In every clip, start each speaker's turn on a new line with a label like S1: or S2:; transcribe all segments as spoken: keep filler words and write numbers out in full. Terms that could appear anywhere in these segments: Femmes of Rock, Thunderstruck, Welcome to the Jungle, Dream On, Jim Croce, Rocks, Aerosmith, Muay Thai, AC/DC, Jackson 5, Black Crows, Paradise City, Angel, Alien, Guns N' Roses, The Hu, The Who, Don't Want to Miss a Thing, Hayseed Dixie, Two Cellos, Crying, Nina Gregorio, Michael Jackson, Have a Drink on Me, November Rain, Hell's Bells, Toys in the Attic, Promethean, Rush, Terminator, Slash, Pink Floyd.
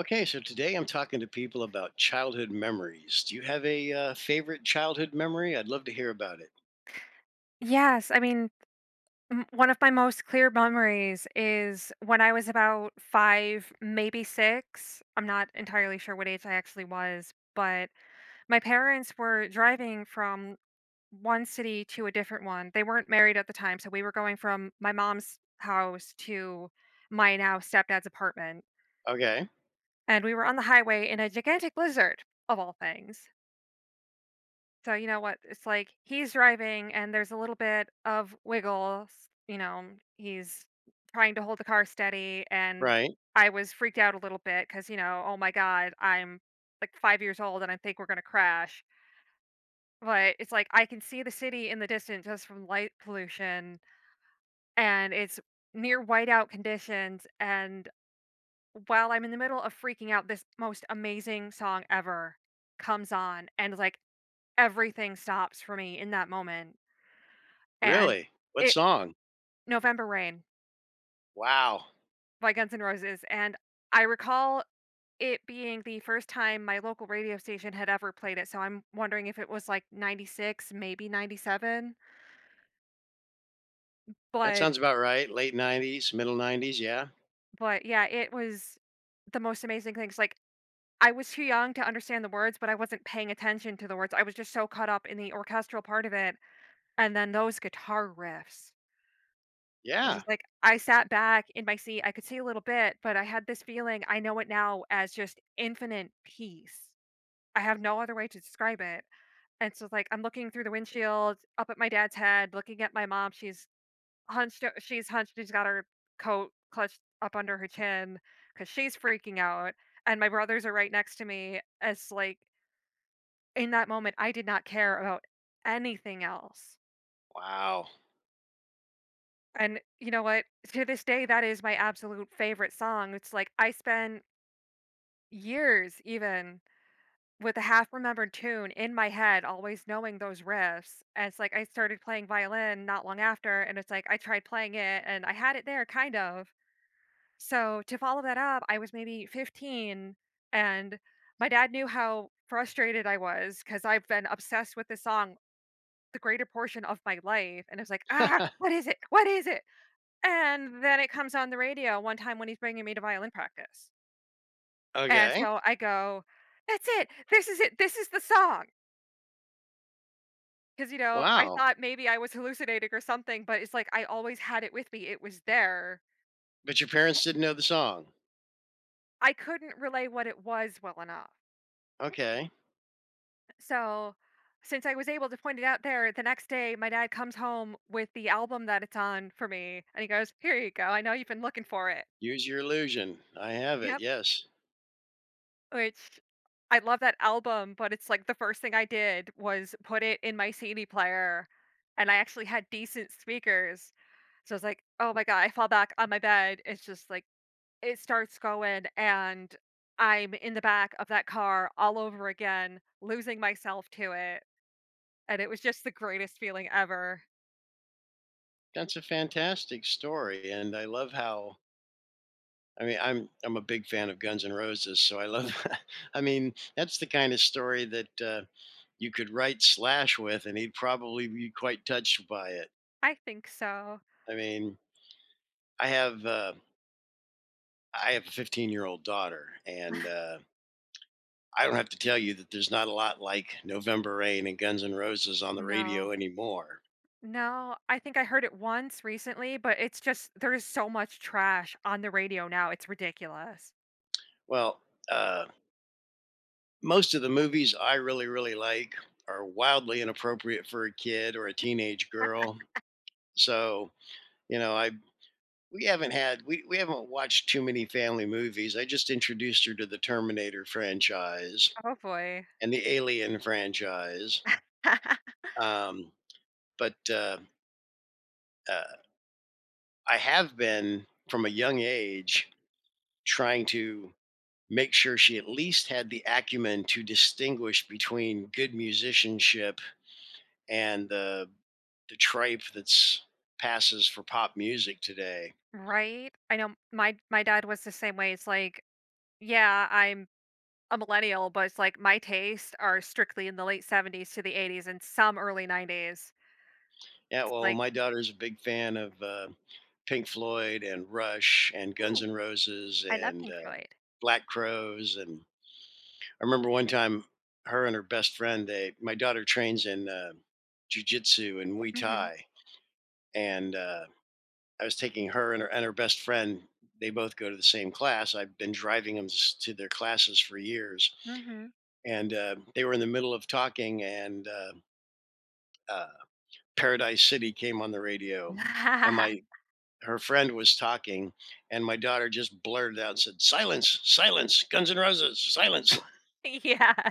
S1: Okay, so today I'm talking to people about childhood memories. Do you have a uh, favorite childhood memory? I'd love to hear about it.
S2: Yes, I mean, m one of my most clear memories is when I was about five, maybe six, I'm not entirely sure what age I actually was, but my parents were driving from one city to a different one. They weren't married at the time, so we were going from my mom's house to my now stepdad's apartment,
S1: Okay,
S2: and we were on the highway in a gigantic blizzard, of all things. So you know what? It's like he's driving and there's a little bit of wiggle, s- you know, he's trying to hold the car steady. And
S1: right.
S2: I was freaked out a little bit cuz you know, oh my god, I'm like five years old and I think we're going to crash. But it's like I can see the city in the distance just from light pollution, and it's near whiteout conditions. And while I'm in the middle of freaking out, this most amazing song ever comes on, and like everything stops for me in that moment. And
S1: Really? What
S2: it
S1: song?
S2: November Rain
S1: Wow.
S2: by Guns N' Roses. And I recall it being the first time my local radio station had ever played it, so I'm wondering if it was, like, ninety-six, maybe ninety-seven,
S1: That
S2: but
S1: sounds about right. Late nineties, middle nineties. Yeah.
S2: but, yeah, it was the most amazing things, like, I was too young to understand the words, but I wasn't paying attention to the words. I was just so caught up in the orchestral part of it, and then those guitar riffs. This
S1: Yeah.
S2: is like, I sat back in my seat, I could see a little bit, but I had this feeling. I know it now as just infinite peace. I have no other way to describe it. And so like I'm looking through the windshield, up at my dad's head, looking at my mom. She's hunched o- she's hunched, she's got her coat clutched up under her chin because she's freaking out. And my brothers are right next to me. As like in that moment I did not care about anything else.
S1: Wow.
S2: And you know what? To this day, that is my absolute favorite song. It's like I spend years even with a half remembered tune in my head, always knowing those riffs. And it's like I started playing violin not long after, and it's like I tried playing it and I had it there kind of. So to follow that up, I was maybe fifteen, and my dad knew how frustrated I was because I've been obsessed with this song the greater portion of my life. And it's like, ah, what is it? What is it? And then it comes on the radio one time when he's bringing me to violin practice. And
S1: Okay.
S2: so I go, "That's it. This is it. This is the song." Because you know, I
S1: Wow.
S2: thought maybe I was hallucinating or something, but it's like I always had it with me. It was there.
S1: But your parents didn't know the song.
S2: I couldn't relay what it was well enough.
S1: Okay.
S2: So, since I was able to point it out there, the next day, my dad comes home with the album that it's on for me, and he goes, "Here you go. I know you've been looking for it."
S1: Use your illusion. I have
S2: You
S1: it. Yes.
S2: Which I love that album, but it's, like, the first thing I did was put it in my C D player, and I actually had decent speakers. So, I was like, "Oh my god," I fall back on my bed, it's just, like, it starts going, and I'm in the back of that car all over again, losing myself to it, and it was just the greatest feeling ever.
S1: That's a fantastic story. And I love how I mean, I'm I'm a big fan of Guns N' Roses, so I love. I mean, that's the kind of story that uh, you could write Slash with, and he'd probably be quite touched by it.
S2: I think so.
S1: I mean, I have uh, I have a fifteen year old daughter, and uh, I don't have to tell you that there's not a lot like November Rain and Guns N' Roses on the
S2: No.
S1: radio anymore.
S2: No, I think I heard it once recently, but it's just there's so much trash on the radio now, it's ridiculous.
S1: Well, uh, most of the movies I really really like are wildly inappropriate for a kid or a teenage girl. So you know, I We haven't had we we haven't watched too many family movies. I just introduced her to the Terminator franchise
S2: Oh boy.
S1: and the Alien franchise. Um, but uh, uh, I have been from a young age trying to make sure she at least had the acumen to distinguish between good musicianship and the the tripe that's passes for pop music today.
S2: Right? I know my my dad was the same way. It's like, yeah, I'm a millennial, but it's like my tastes are strictly in the late seventies to the eighties and some early nineties.
S1: Yeah,
S2: It's
S1: well,
S2: like,
S1: my daughter's a big fan of uh, Pink Floyd and Rush and Guns
S2: ooh,
S1: N' Roses
S2: I love
S1: and
S2: Pink
S1: uh,
S2: Floyd.
S1: Black Crows. And I remember one time, her and her best friend, they my daughter trains in uh, jujitsu and Muay
S2: Mhm.
S1: Thai, and uh, I was taking her and her and her best friend. They both go to the same class. I've been driving them s- to their classes for years,
S2: Mhm.
S1: and uh, they were in the middle of talking, and uh, uh, Paradise City came on the radio, and my her friend was talking, and my daughter just blurted out and said, "Silence, silence, Guns N' Roses, silence."
S2: Yeah.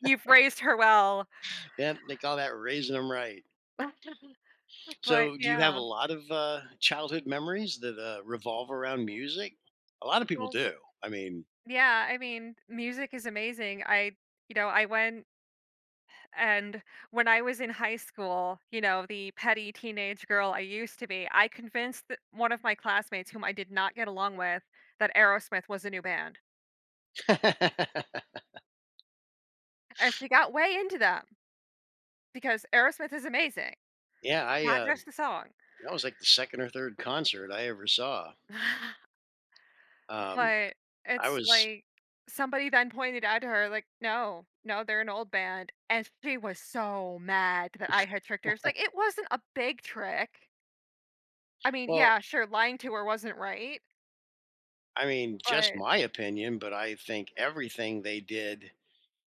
S2: You've raised her well.
S1: Yeah, they call that raising them right.
S2: But
S1: So, do you have a
S2: yeah.
S1: lot of uh, childhood memories that uh, revolve around music? A lot of people
S2: Well,
S1: do. I mean,
S2: yeah, I mean, music is amazing. I you know, I went. And when I was in high school, you know, the petty teenage girl I used to be, I convinced th- one of my classmates, whom I did not get along with, that Aerosmith was a new band. And she got way into them because Aerosmith is amazing,
S1: yeah, I
S2: not
S1: uh,
S2: just the song.
S1: that was like the second or third concert I ever saw. Um,
S2: But
S1: I
S2: it's
S1: was
S2: like somebody then pointed out to her, like, no, no, they're an old band. And she was so mad that I had tricked her. It's like, it wasn't a big trick. I mean,
S1: well,
S2: yeah, sure, lying to her wasn't right,
S1: I mean, just
S2: but
S1: my opinion, but I think everything they did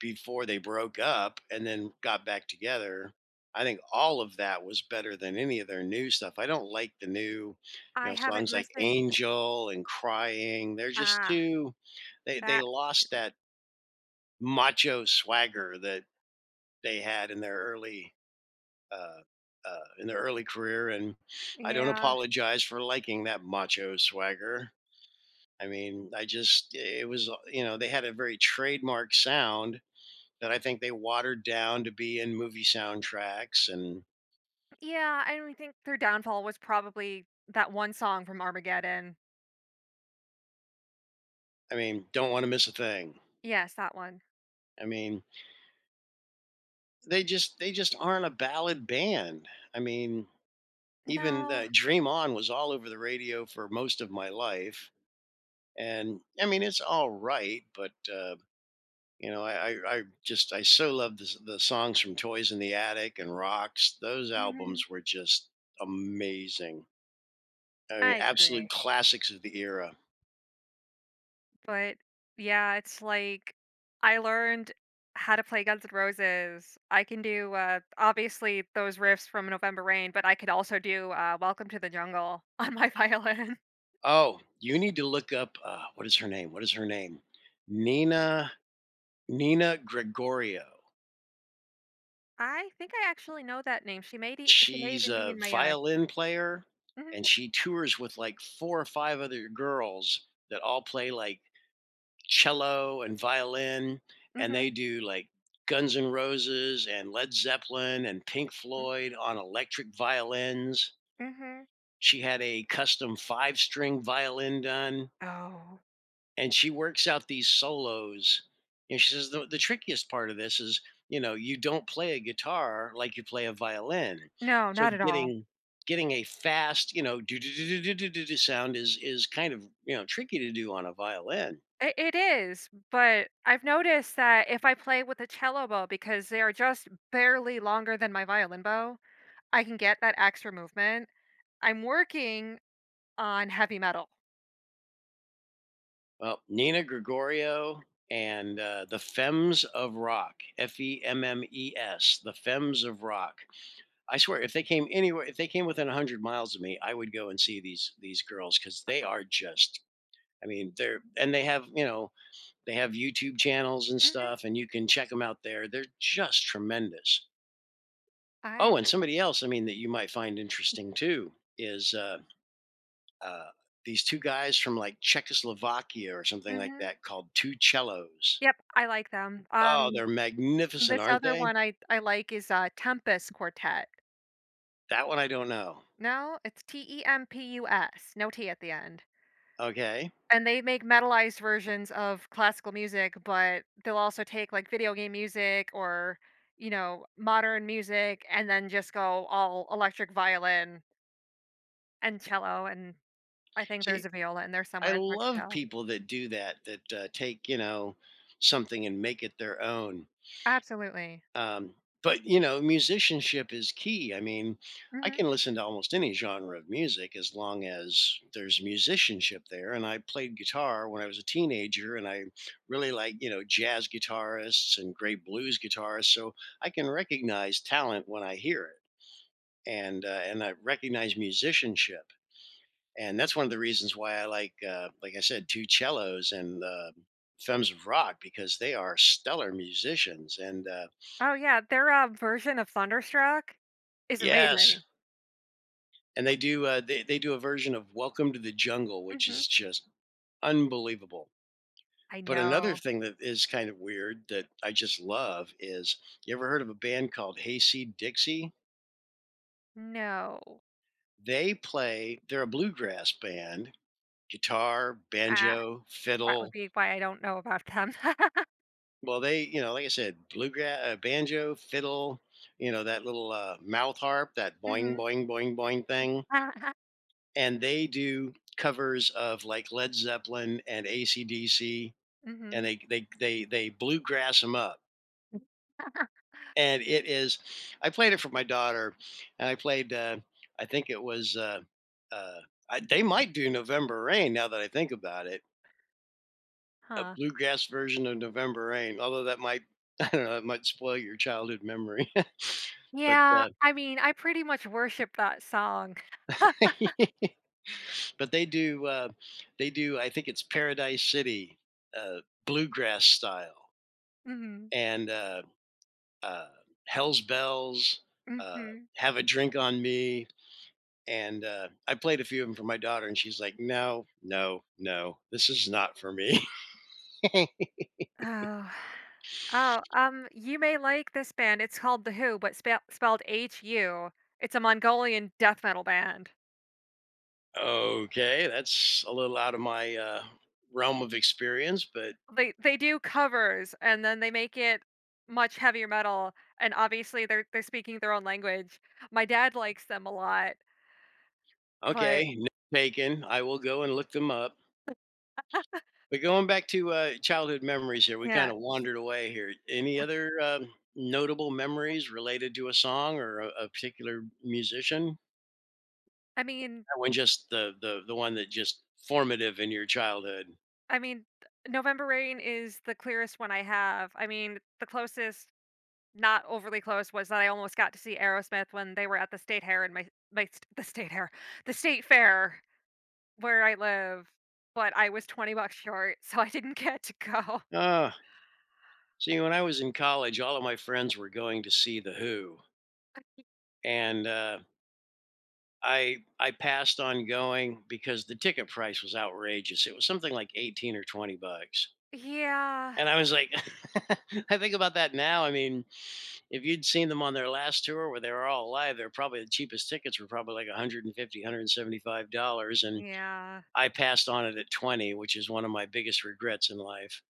S1: before they broke up and then got back together. I think all of that was better than any of their new stuff. I don't like the new, you
S2: I
S1: know,
S2: haven't
S1: songs like
S2: listened.
S1: Angel and Crying. They're just
S2: Ah,
S1: too they they
S2: that.
S1: lost that macho swagger that they had in their early uh uh, in their early career, and I don't
S2: Yeah.
S1: apologize for liking that macho swagger. I mean, I just, it was, you know, they had a very trademark sound that I think they watered down to be in movie soundtracks. And
S2: Yeah, I don't think their downfall was probably that one song from Armageddon.
S1: I mean, don't want to miss a thing.
S2: Yes, that one.
S1: I mean, they just they just aren't a ballad band. I mean, even
S2: No,
S1: uh, Dream On was all over the radio for most of my life, and I mean, it's all right, but uh, you know, I, I I just I so love the the songs from Toys in the Attic and Rocks. Those
S2: mhm,
S1: albums were just amazing. I mean,
S2: I
S1: absolute
S2: agree.
S1: classics of the era.
S2: But, yeah, it's like, I learned how to play Guns N' Roses. I can do, uh, obviously those riffs from November Rain, but I could also do, uh, Welcome to the Jungle on my violin.
S1: Oh, you need to look up, uh, what is her name? What is her name? Nina Nina Gregorio.
S2: I think I actually know that name. She may be she may
S1: She's
S2: even be
S1: a
S2: in my, uh
S1: violin player,
S2: mhm,
S1: and she tours with, like, four or five other girls that all play, like, cello and violin, and
S2: mhm,
S1: they do, like, Guns N' Roses and Led Zeppelin and Pink
S2: mm,
S1: Floyd on electric violins.
S2: mhm.
S1: She had a custom five-string violin done.
S2: Oh,
S1: And she works out these solos. And she says the, the trickiest part of this is, you know, you don't play a guitar like you play a violin.
S2: no,
S1: So
S2: not at all.
S1: getting getting a fast, you know, do do do do do do do sound is is kind of you know tricky to do on a violin.
S2: I it is, but I've noticed that if I play with a cello bow because they are just barely longer than my violin bow, I can get that extra movement. I'm working on heavy metal.
S1: Well, Nina Gregorio and uh, the Femmes of Rock, F E M M E S, the Femmes of Rock. I swear, if they came anywhere, if they came within a hundred miles of me, I would go and see these these girls because they are just I mean, they're and they have, you know, they have YouTube channels and
S2: Mhm.
S1: stuff, and you can check them out there. They're just tremendous.
S2: I
S1: Oh, and somebody else, I mean, that you might find interesting too is uh, uh, these two guys from like Czechoslovakia or something like
S2: mhm.
S1: that called Two Cellos.
S2: Yep, I like them.
S1: Oh,
S2: Um,
S1: they're magnificent,
S2: this
S1: aren't
S2: other
S1: they?
S2: one I I like is, uh, Tempest Quartet.
S1: That one I don't know.
S2: No, it's T E M P U S, no T at the end.
S1: Okay.
S2: And they make metalized versions of classical music, but they'll also take like video game music or, you know, modern music and then just go all electric violin and cello. And I think there's
S1: See,
S2: a viola in there
S1: I
S2: somewhere. It's hard to
S1: love
S2: tell.
S1: people that do that, that uh, take, you know, something and make it their own.
S2: Absolutely.
S1: Um, but you know, musicianship is key. I mean, I
S2: Hmm.
S1: can listen to almost any genre of music as long as there's musicianship there. And I played guitar when I was a teenager, and I really like you know jazz guitarists and great blues guitarists. So I can recognize talent when I hear it, and uh, and I recognize musicianship. And that's one of the reasons why I like, uh, like I said, two cellos and uh, Femmes of Rock because they are stellar musicians. And uh,
S2: Oh, yeah. Their uh, version of Thunderstruck is
S1: yes,
S2: amazing.
S1: and they do uh, they they do a version of Welcome to the Jungle, which
S2: Hmm.
S1: is just unbelievable.
S2: I
S1: But another
S2: know.
S1: thing that is kind of weird that I just love is you ever heard of a band called Hayseed Dixie?
S2: No.
S1: They play they're a bluegrass band, guitar,
S2: Ah,
S1: banjo,
S2: that would
S1: fiddle.
S2: be why I don't know about them.
S1: Well, they you know like I said, bluegrass, uh, banjo, fiddle. You know that little uh, mouth harp, that boing
S2: Hmm.
S1: boing boing boing thing, and they do covers of like Led Zeppelin and A C D C and
S2: Hmm.
S1: they they they they bluegrass them up. And it is, I played it for my daughter, and I played. Uh, I think it was. Uh, uh, I, they might do November Rain now that I think about it. A
S2: Huh.
S1: bluegrass version of November Rain, although that might I don't know, it might spoil your childhood memory. but
S2: Yeah,
S1: uh,
S2: I mean, I pretty much worship that song.
S1: but they do uh, they do. I think it's Paradise City uh, bluegrass style,
S2: Mhm,
S1: and uh, uh, Hell's Bells, uh,
S2: mhm.
S1: Have a Drink on Me. And uh, I played a few of them for my daughter, and she's like, no, no, no, this is not for me.
S2: Oh. Oh, um, you may like this band, it's called The Who, but spell spelled H-U. It's a Mongolian death metal band.
S1: Okay, that's a little out of my uh, realm of experience, but
S2: They they do covers, and then they make it much heavier metal, and obviously they're they're speaking their own language. My dad likes them a lot, but
S1: okay, no taken. I will go and look them up. But going back to uh, childhood memories here, we
S2: yeah.
S1: kind of wandered away here. Any other um notable memories related to a song or a, a particular musician?
S2: I mean
S1: When just the the the one that just formative in your childhood?
S2: I mean, November Rain is the clearest one I have. I mean, the closest not overly close was that I almost got to see Aerosmith when they were at the state hair in my my st- the state hair, the state fair where I live, but I was twenty bucks short, so I didn't get to go.
S1: Ah, see, when I was in college, all of my friends were going to see the Who, and uh, I I passed on going because the ticket price was outrageous. It was something like eighteen or twenty bucks,
S2: Yeah.
S1: and I was like, I think about that now. I mean, if you'd seen them on their last tour where they were all alive, they're probably the cheapest tickets were probably like one hundred and fifty, one hundred and seventy five dollars, and
S2: Yeah.
S1: I passed on it at twenty, which is one of my biggest regrets in life.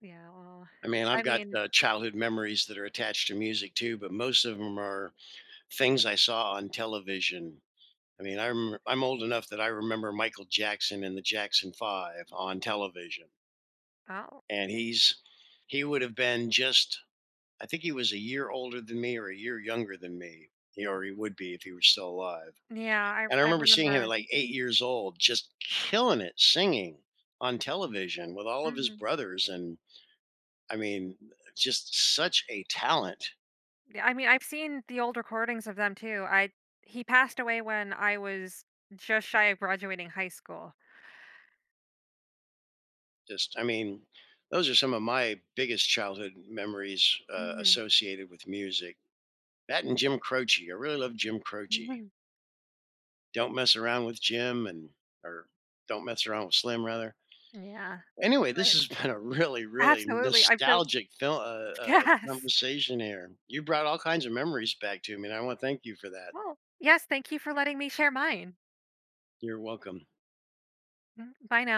S2: Yeah. Well,
S1: I mean,
S2: I
S1: I've got,
S2: mean,
S1: uh, childhood memories that are attached to music too, but most of them are things I saw on television. I mean, I am I'm old enough that I remember Michael Jackson and the Jackson five on television,
S2: oh.
S1: and he's he would have been just I think he was a year older than me or a year younger than me, he or he would be if he were still alive,
S2: Yeah, I
S1: and I
S2: I
S1: remember seeing him at,
S2: remember.
S1: like, eight years old just killing it singing on television with all of his
S2: Mhm.
S1: brothers, and, I mean, just such a talent.
S2: Yeah, I mean, I've seen the old recordings of them too. I he passed away when I was just shy of graduating high school.
S1: Just, I mean, those are some of my biggest childhood memories uh,
S2: Mhm.
S1: associated with music. That and Jim Croce. I really love Jim Croce.
S2: Mhm.
S1: Don't mess around with Jim and or don't mess around with Slim rather.
S2: Yeah.
S1: Anyway, this
S2: But
S1: has been a really, really
S2: absolutely. I'm so
S1: nostalgic film uh, uh,
S2: yes.
S1: conversation here. You brought all kinds of memories back to me, and I want to thank you for that.
S2: Well, yes, thank you for letting me share mine.
S1: You're welcome.
S2: Mhm. Bye now.